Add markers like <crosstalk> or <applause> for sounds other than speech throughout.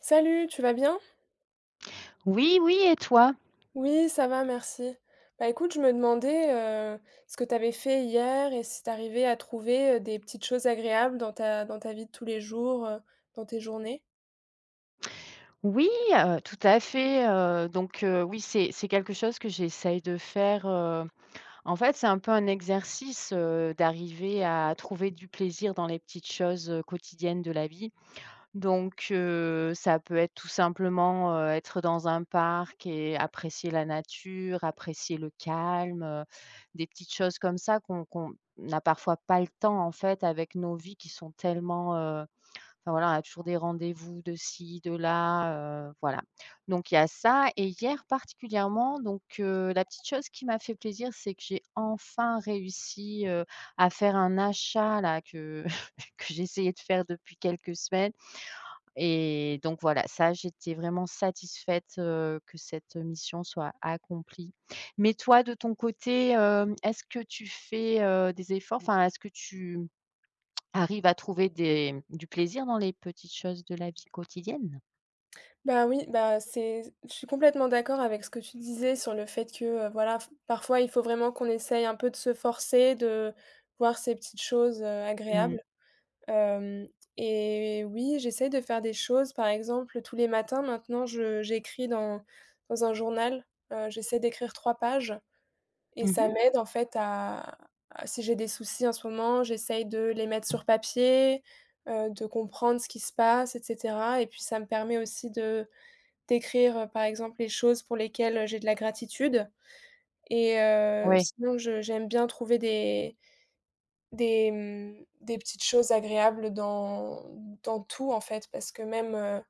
Salut, tu vas bien? Oui, oui et toi? Oui, ça va, merci. Bah écoute, je me demandais ce que tu avais fait hier et si tu arrivais à trouver des petites choses agréables dans ta vie de tous les jours, dans tes journées. Oui, tout à fait, oui, c'est quelque chose que j'essaye de faire, en fait, c'est un peu un exercice, d'arriver à trouver du plaisir dans les petites choses, quotidiennes de la vie. Donc ça peut être tout simplement, être dans un parc et apprécier la nature, apprécier le calme, des petites choses comme ça qu'on n'a parfois pas le temps, en fait, avec nos vies qui sont tellement. Enfin voilà, on a toujours des rendez-vous de ci, de là, voilà. Donc il y a ça et hier particulièrement, la petite chose qui m'a fait plaisir, c'est que j'ai enfin réussi, à faire un achat là que <laughs> que j'essayais de faire depuis quelques semaines et donc voilà, ça j'étais vraiment satisfaite, que cette mission soit accomplie. Mais toi de ton côté, est-ce que tu fais, des efforts? Enfin, est-ce que tu arrive à trouver des du plaisir dans les petites choses de la vie quotidienne? Bah oui, bah c'est, je suis complètement d'accord avec ce que tu disais sur le fait que voilà, parfois il faut vraiment qu'on essaye un peu de se forcer, de voir ces petites choses Mmh. agréables. Hem Et oui, j'essaye de faire des choses. Par exemple, tous les matins maintenant, je j'écris dans un journal, j'essaie d'écrire 3 pages et Mmh ça mh. m'aide en fait à si j'ai des soucis en ce moment, j'essaye de les mettre sur papier, de comprendre ce qui se passe et cetera et puis ça me permet aussi de d'écrire, par exemple, les choses pour lesquelles j'ai de la gratitude et Ouais. sinon je j'aime bien trouver des petites choses agréables dans tout, en fait, parce que même,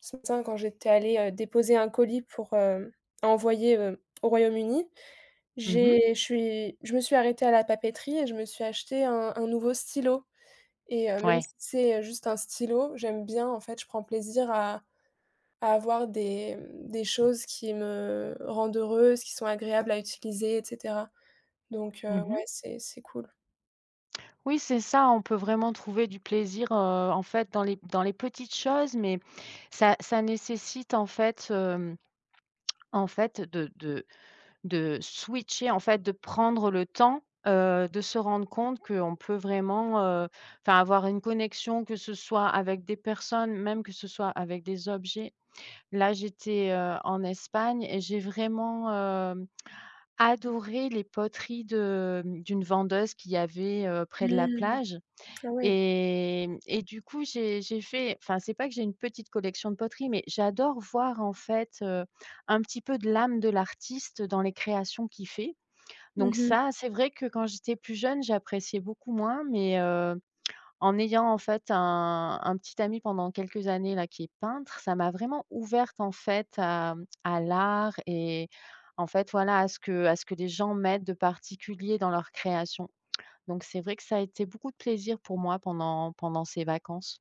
ce matin quand j'étais allée, déposer un colis à envoyer, au Royaume-Uni, Mmh. j'ai je suis je me suis arrêtée à la papeterie et je me suis acheté un nouveau stylo et même Ouais. si c'est, juste un stylo, j'aime bien, en fait, je prends plaisir à avoir des choses qui me rendent heureuse, qui sont agréables à utiliser et cetera. Donc ouais, Mmh. c'est cool. Oui, c'est ça, on peut vraiment trouver du plaisir, en fait, dans les petites choses, mais ça nécessite, en fait, hem, en fait, de switcher, en fait, de prendre le temps, de se rendre compte qu'on peut vraiment, enfin, avoir une connexion, que ce soit avec des personnes, même que ce soit avec des objets. Là, j'étais en Espagne et j'ai vraiment adoré les poteries de, d'une vendeuse qu'il y avait près de la Mmh. plage Ah ouais. et et du coup, j'ai fait enfin, c'est pas que j'ai une petite collection de poteries, mais j'adore voir, en fait, un petit peu de l'âme de l'artiste dans les créations qu'il fait. Donc Mmh. ça, c'est vrai que quand j'étais plus jeune, j'appréciais beaucoup moins, mais en ayant en fait un petit ami pendant quelques années là qui est peintre, ça m'a vraiment ouverte en fait à, à l'art et en fait voilà à ce que les gens mettent de particulier dans leur création. Donc c'est vrai que ça a été beaucoup de plaisir pour moi pendant ces vacances.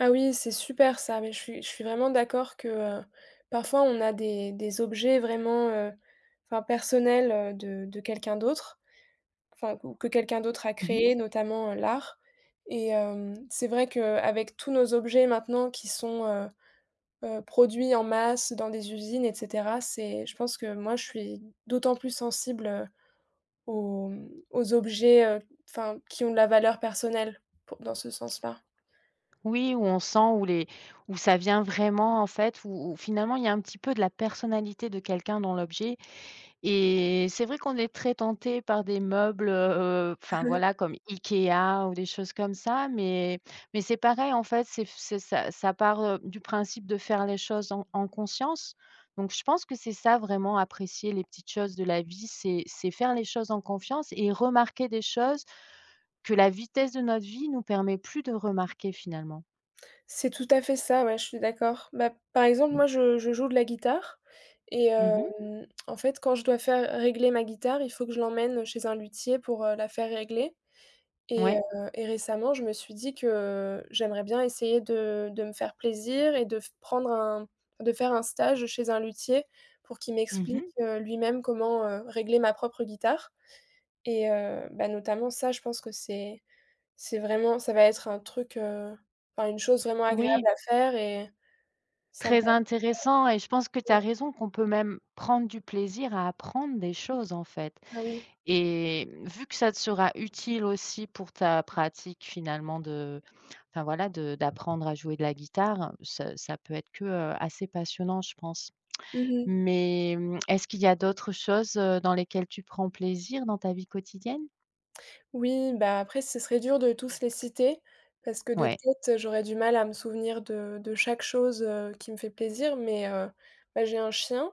Ah oui, c'est super ça, mais je suis vraiment d'accord que, parfois on a des objets vraiment, enfin personnels, de quelqu'un d'autre, enfin ou que quelqu'un d'autre a créé, Mmh. notamment, l'art et c'est vrai qu'avec tous nos objets maintenant qui sont, produits en masse dans des usines et cetera, c'est je pense que moi je suis d'autant plus sensible, aux objets, enfin qui ont de la valeur personnelle, pour dans ce sens-là. Oui, où on sent où ça vient vraiment en fait, où finalement il y a un petit peu de la personnalité de quelqu'un dans l'objet. Et c'est vrai qu'on est très tenté par des meubles, enfin voilà, comme IKEA ou des choses comme ça, mais c'est pareil en fait, c'est ça ça part, du principe de faire les choses en conscience. Donc je pense que c'est ça vraiment apprécier les petites choses de la vie, c'est faire les choses en confiance et remarquer des choses que la vitesse de notre vie nous permet plus de remarquer finalement. C'est tout à fait ça, ouais, je suis d'accord. Bah, par exemple, moi, je joue de la guitare et Mmh. en fait, quand je dois faire régler ma guitare, il faut que je l'emmène chez un luthier pour, la faire régler et Ouais. heu et récemment, je me suis dit que j'aimerais bien essayer de me faire plaisir et de faire un stage chez un luthier pour qu'il m'explique, Mmh. Lui-même comment, régler ma propre guitare. Et bah, notamment ça, je pense que c'est vraiment ça va être un truc, enfin une chose vraiment agréable Oui. à faire et ça me Très permet. intéressant et je pense que tu as raison qu'on peut même prendre du plaisir à apprendre des choses, en fait, Ah oui. et vu que ça te sera utile aussi pour ta pratique finalement de enfin voilà, de d'apprendre à jouer de la guitare, ça peut être que, assez passionnant, je pense. Mmh. Mais, est-ce qu'il y a d'autres choses, dans lesquelles tu prends plaisir dans ta vie quotidienne? Oui, bah, après ce serait dur de tous les citer parce que de Ouais. tête, j'aurais du mal à me souvenir de chaque chose, qui me fait plaisir mais bah, j'ai un chien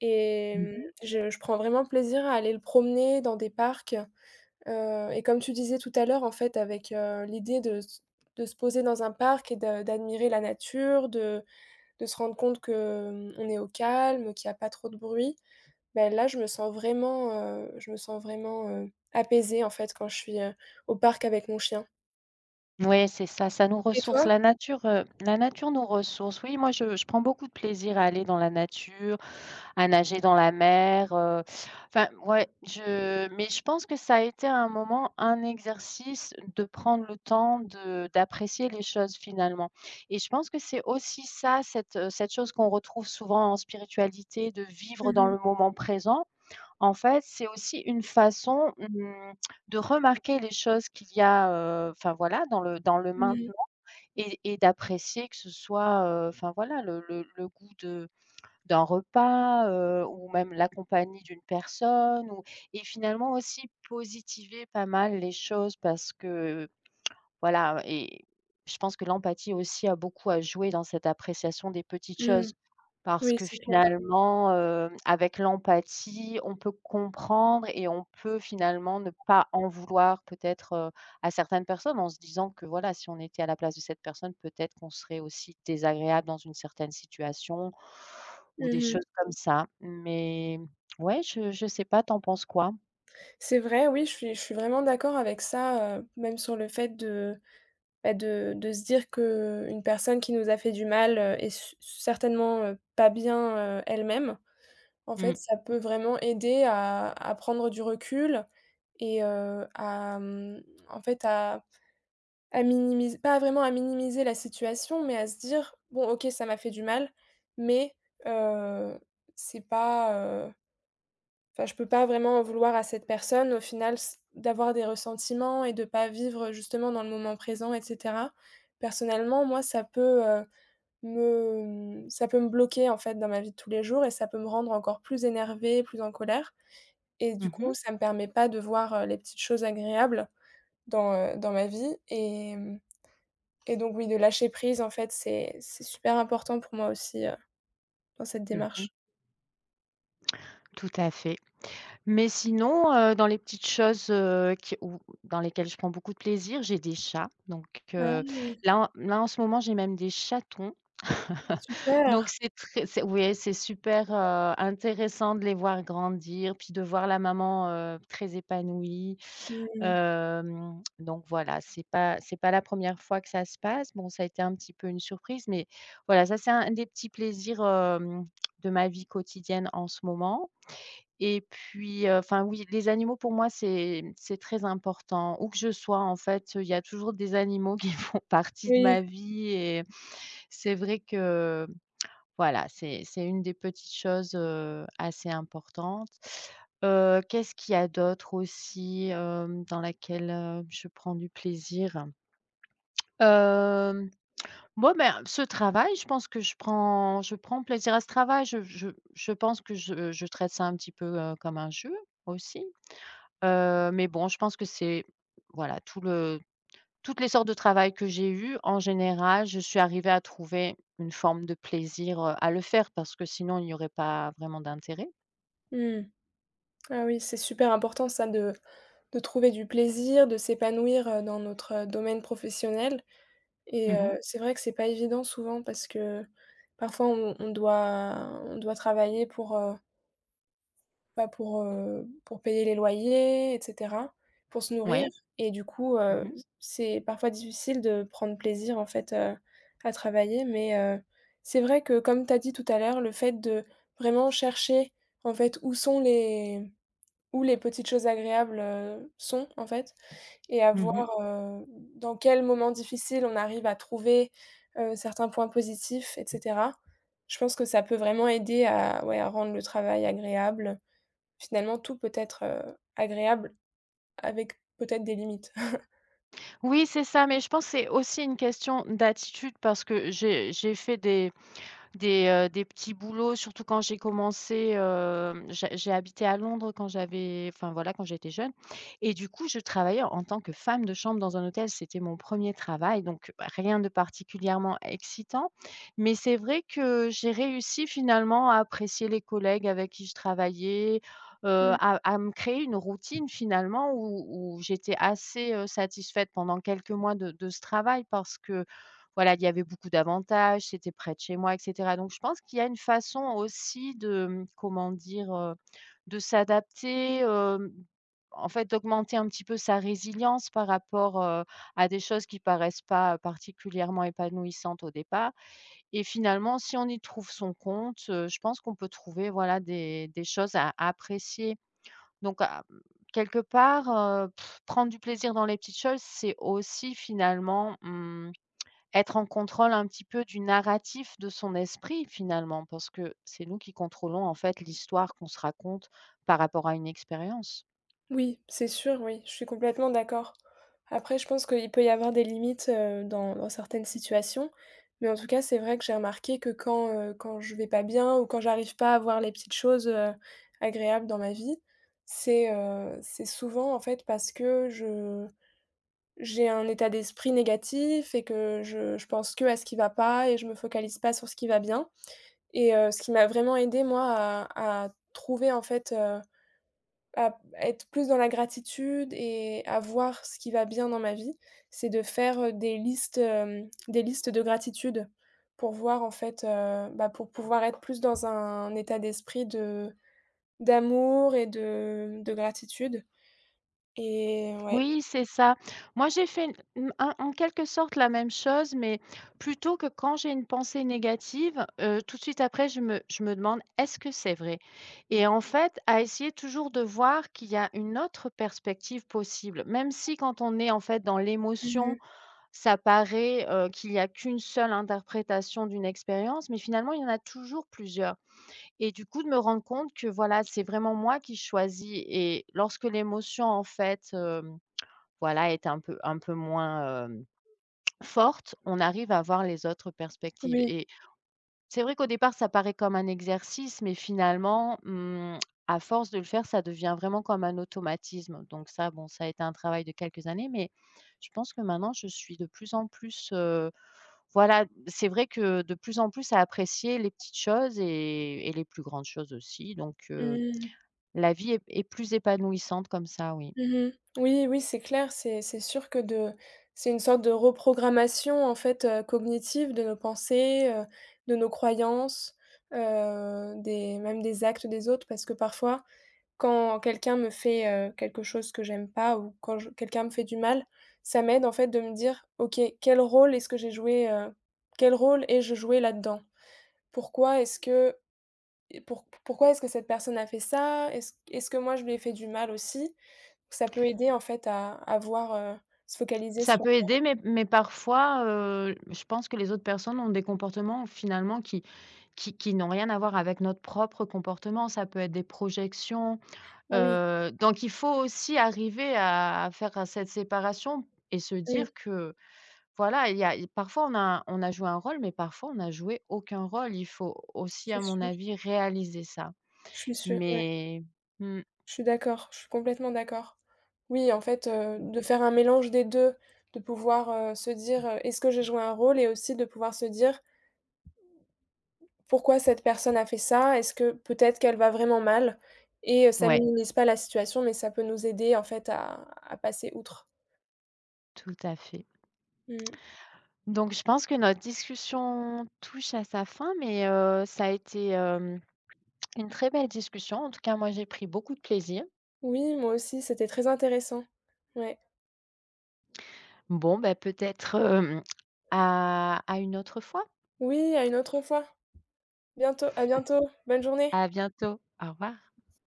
et Mmh. je prends vraiment plaisir à aller le promener dans des parcs. Et comme tu disais tout à l'heure, en fait, avec, l'idée de se poser dans un parc et de d'admirer la nature, de se rendre compte que, on est au calme, qu'il y a pas trop de bruit, ben là, je me sens vraiment, je me sens vraiment, apaisée, en fait, quand je suis, au parc avec mon chien. Ouais, c'est ça, ça nous Et ressource. toi? La nature nous ressource. Oui, moi, je prends beaucoup de plaisir à aller dans la nature, à nager dans la mer, enfin, ouais, je mais je pense que ça a été à un moment un exercice de prendre le temps de d'apprécier les choses finalement et je pense que c'est aussi ça, cette cette chose qu'on retrouve souvent en spiritualité, de vivre dans Mmh mh. le moment présent. En fait, c'est aussi une façon, de remarquer les choses qu'il y a, enfin voilà, dans le Mmh. maintenant et d'apprécier que ce soit, enfin voilà, le goût de d'un repas, ou même la compagnie d'une personne ou et finalement aussi positiver pas mal les choses parce que voilà et je pense que l'empathie aussi a beaucoup à jouer dans cette appréciation des petites Mmh. choses parce Oui, que c'est clair. finalement, avec l'empathie, on peut comprendre et on peut finalement ne pas en vouloir peut-être, à certaines personnes en se disant que voilà, si on était à la place de cette personne, peut-être qu'on serait aussi désagréable dans une certaine situation ou des Mmh. choses comme ça. Mais ouais, je sais pas, t'en penses quoi? C'est vrai, oui, je suis vraiment d'accord avec ça, même sur le fait de. Bah, de se dire que une personne qui nous a fait du mal, est s certainement, pas bien, elle-même. En fait, Mmh. ça peut vraiment aider à prendre du recul et en fait, à minimiser pas vraiment à minimiser la situation, mais à se dire: «Bon, OK, ça m'a fait du mal, mais heu, c'est pas, euh, enfin, je peux pas vraiment en vouloir à cette personne, au final, s d'avoir des ressentiments et de pas vivre, justement, dans le moment présent et cetera. Personnellement, moi, ça peut me bloquer, en fait, dans ma vie de tous les jours et ça peut me rendre encore plus énervée, plus en colère et du coup, Mmh. ça me permet pas de voir, les petites choses agréables dans ma vie et donc oui, de lâcher prise, en fait, c'est super important pour moi aussi, dans cette Mmh mh. démarche. Tout à fait. Mais sinon, dans les petites choses, qui ou dans lesquelles je prends beaucoup de plaisir, j'ai des chats. Donc, heu, Ah, là en là en ce moment, j'ai même des chatons. super! Donc c'est très c'est oui, c'est super, intéressant de les voir grandir, puis de voir la maman, très épanouie. Mmh, Donc voilà, c'est pas la première fois que ça se passe. Bon, ça a été un petit peu une surprise, mais voilà, ça c'est un des petits plaisirs, de ma vie quotidienne en ce moment. Et puis, enfin oui, les animaux pour moi c'est très important. Où que je sois en fait, il y a toujours des animaux qui <laughs> font partie de oui. ma vie et c'est vrai que voilà, c'est une des petites choses, assez importantes. Qu'est-ce qu'il y a d'autre aussi, dans laquelle, je prends du plaisir? Hem, bon ben, ce travail, je pense que je prends plaisir à ce travail. Je pense que je traite ça un petit peu, comme un jeu aussi. Mais bon, je pense que c'est voilà, toutes les sortes de travail que j'ai eues, en général, je suis arrivée à trouver une forme de plaisir, à le faire parce que sinon il n'y aurait pas vraiment d'intérêt. Mmh. Ah oui, c'est super important ça de trouver du plaisir, de s'épanouir, dans notre, domaine professionnel et Mmh. c'est vrai que c'est pas évident souvent parce que parfois on doit travailler bah, pour payer les loyers et cetera, pour se nourrir Ouais. et du coup, Mmh mh. c'est parfois difficile de prendre plaisir en fait, à travailler mais c'est vrai que comme tu as dit tout à l'heure, le fait de vraiment chercher en fait où les petites choses agréables, sont, en fait et à Mmh. voir, dans quel moment difficile on arrive à trouver, certains points positifs et cetera. Je pense que ça peut vraiment aider à ouais, à rendre le travail agréable. Finalement, tout peut être, agréable avec peut-être des limites. Oui, c'est ça, mais je pense que c'est aussi une question d'attitude parce que j'ai fait des petits boulots, surtout quand j'ai commencé, j'ai habité à Londres quand j'avais enfin voilà, quand j'étais jeune et du coup, je travaillais en tant que femme de chambre dans un hôtel. C'était mon premier travail, donc bah, rien de particulièrement excitant, mais c'est vrai que j'ai réussi finalement à apprécier les collègues avec qui je travaillais, heu, <laughs> à me créer une routine finalement où j'étais assez, satisfaite pendant quelques mois de ce travail parce que, voilà, il y avait beaucoup d'avantages, c'était près de chez moi et cetera. Donc je pense qu'il y a une façon aussi de, comment dire, de s'adapter, en fait d'augmenter un petit peu sa résilience par rapport, à des choses qui paraissent pas particulièrement épanouissantes au départ et finalement si on y trouve son compte, je pense qu'on peut trouver voilà des choses à apprécier. Donc à quelque part, heu, prendre du plaisir dans les petites choses, c'est aussi finalement être en contrôle un petit peu du narratif de son esprit finalement, parce que c'est nous qui contrôlons en fait l'histoire qu'on se raconte par rapport à une expérience. Oui, c'est sûr, oui, je suis complètement d'accord. Après, je pense qu'il peut y avoir des limites, dans certaines situations, mais en tout cas, c'est vrai que j'ai remarqué que quand je vais pas bien ou quand j'arrive pas à voir les petites choses, agréables dans ma vie, c'est souvent, en fait, parce que je j'ai un état d'esprit négatif et que je pense que à ce qui va pas et je me focalise pas sur ce qui va bien et ce qui m'a vraiment aidé moi, à trouver, en fait, à être plus dans la gratitude et à voir ce qui va bien dans ma vie, c'est de faire, des listes de gratitude pour voir en fait, bah, pour pouvoir être plus dans un état d'esprit de d'amour et de gratitude et ouais. Oui, c'est ça. Moi, j'ai fait en quelque sorte la même chose, mais plutôt que quand j'ai une pensée négative, tout de suite après, je me demande: «Est-ce que c'est vrai?» et en fait, à essayer toujours de voir qu'il y a une autre perspective possible. Même si quand on est en fait dans l'émotion, Mmh. ça paraît, qu'il y a qu'une seule interprétation d'une expérience, mais finalement, il y en a toujours plusieurs et du coup, de me rendre compte que, voilà, c'est vraiment moi qui choisis et lorsque l'émotion, en fait, voilà, est un peu moins, forte, on arrive à voir les autres perspectives Oui. et c'est vrai qu'au départ, ça paraît comme un exercice, mais finalement, à force de le faire, ça devient vraiment comme un automatisme donc ça, bon, ça a été un travail de quelques années, mais je pense que maintenant, je suis de plus en plus, voilà, c'est vrai que de plus en plus à apprécier les petites choses et les plus grandes choses aussi, Mmh. la vie est est plus épanouissante comme ça, oui. Mmh. Oui, oui, c'est clair, c'est sûr que de c'est une sorte de reprogrammation, en fait, cognitive de nos pensées, de nos croyances, des même des actes des autres. Parce que parfois, quand quelqu'un me fait, quelque chose que j'aime pas ou quand je quelqu'un me fait du mal, ça m'aide, en fait, de me dire: «OK, quel rôle ai-je joué là-dedans? Pourquoi est-ce que pourquoi est-ce que cette personne a fait ça? Est-ce que moi je lui ai fait du mal aussi?» Ça peut aider en fait à voir, se focaliser Ça sur. peut aider, mais parfois, je pense que les autres personnes ont des comportements finalement qui qui n'ont rien à voir avec notre propre comportement. Ça peut être des projections, Ah oui, donc il faut aussi arriver à faire cette séparation et se oui, dire que voilà, il y a il parfois on a joué un rôle, mais parfois on n'a joué aucun rôle. Il faut aussi, c'est à mon sûr, avis, réaliser ça. je suis sûre, ouais, Mais mmh, je suis d'accord, je suis complètement d'accord. Oui, en fait, de faire un mélange des 2 de pouvoir, se dire: «Est-ce que j'ai joué un rôle?» et aussi de pouvoir se dire: «Pourquoi cette personne a fait ça? Est-ce que peut-être qu'elle va vraiment mal?» et ça ouais, minimise pas la situation, mais ça peut nous aider en fait à passer outre. tout à fait. Mmh. Donc je pense que notre discussion touche à sa fin, mais ça a été une très belle discussion. En tout cas, moi, j'ai pris beaucoup de plaisir. Oui, moi aussi, c'était très intéressant. Ouais. Bon, ben peut-être, à une autre fois. Oui, à une autre fois. Bientôt à bientôt. Bonne journée. À bientôt. Au revoir.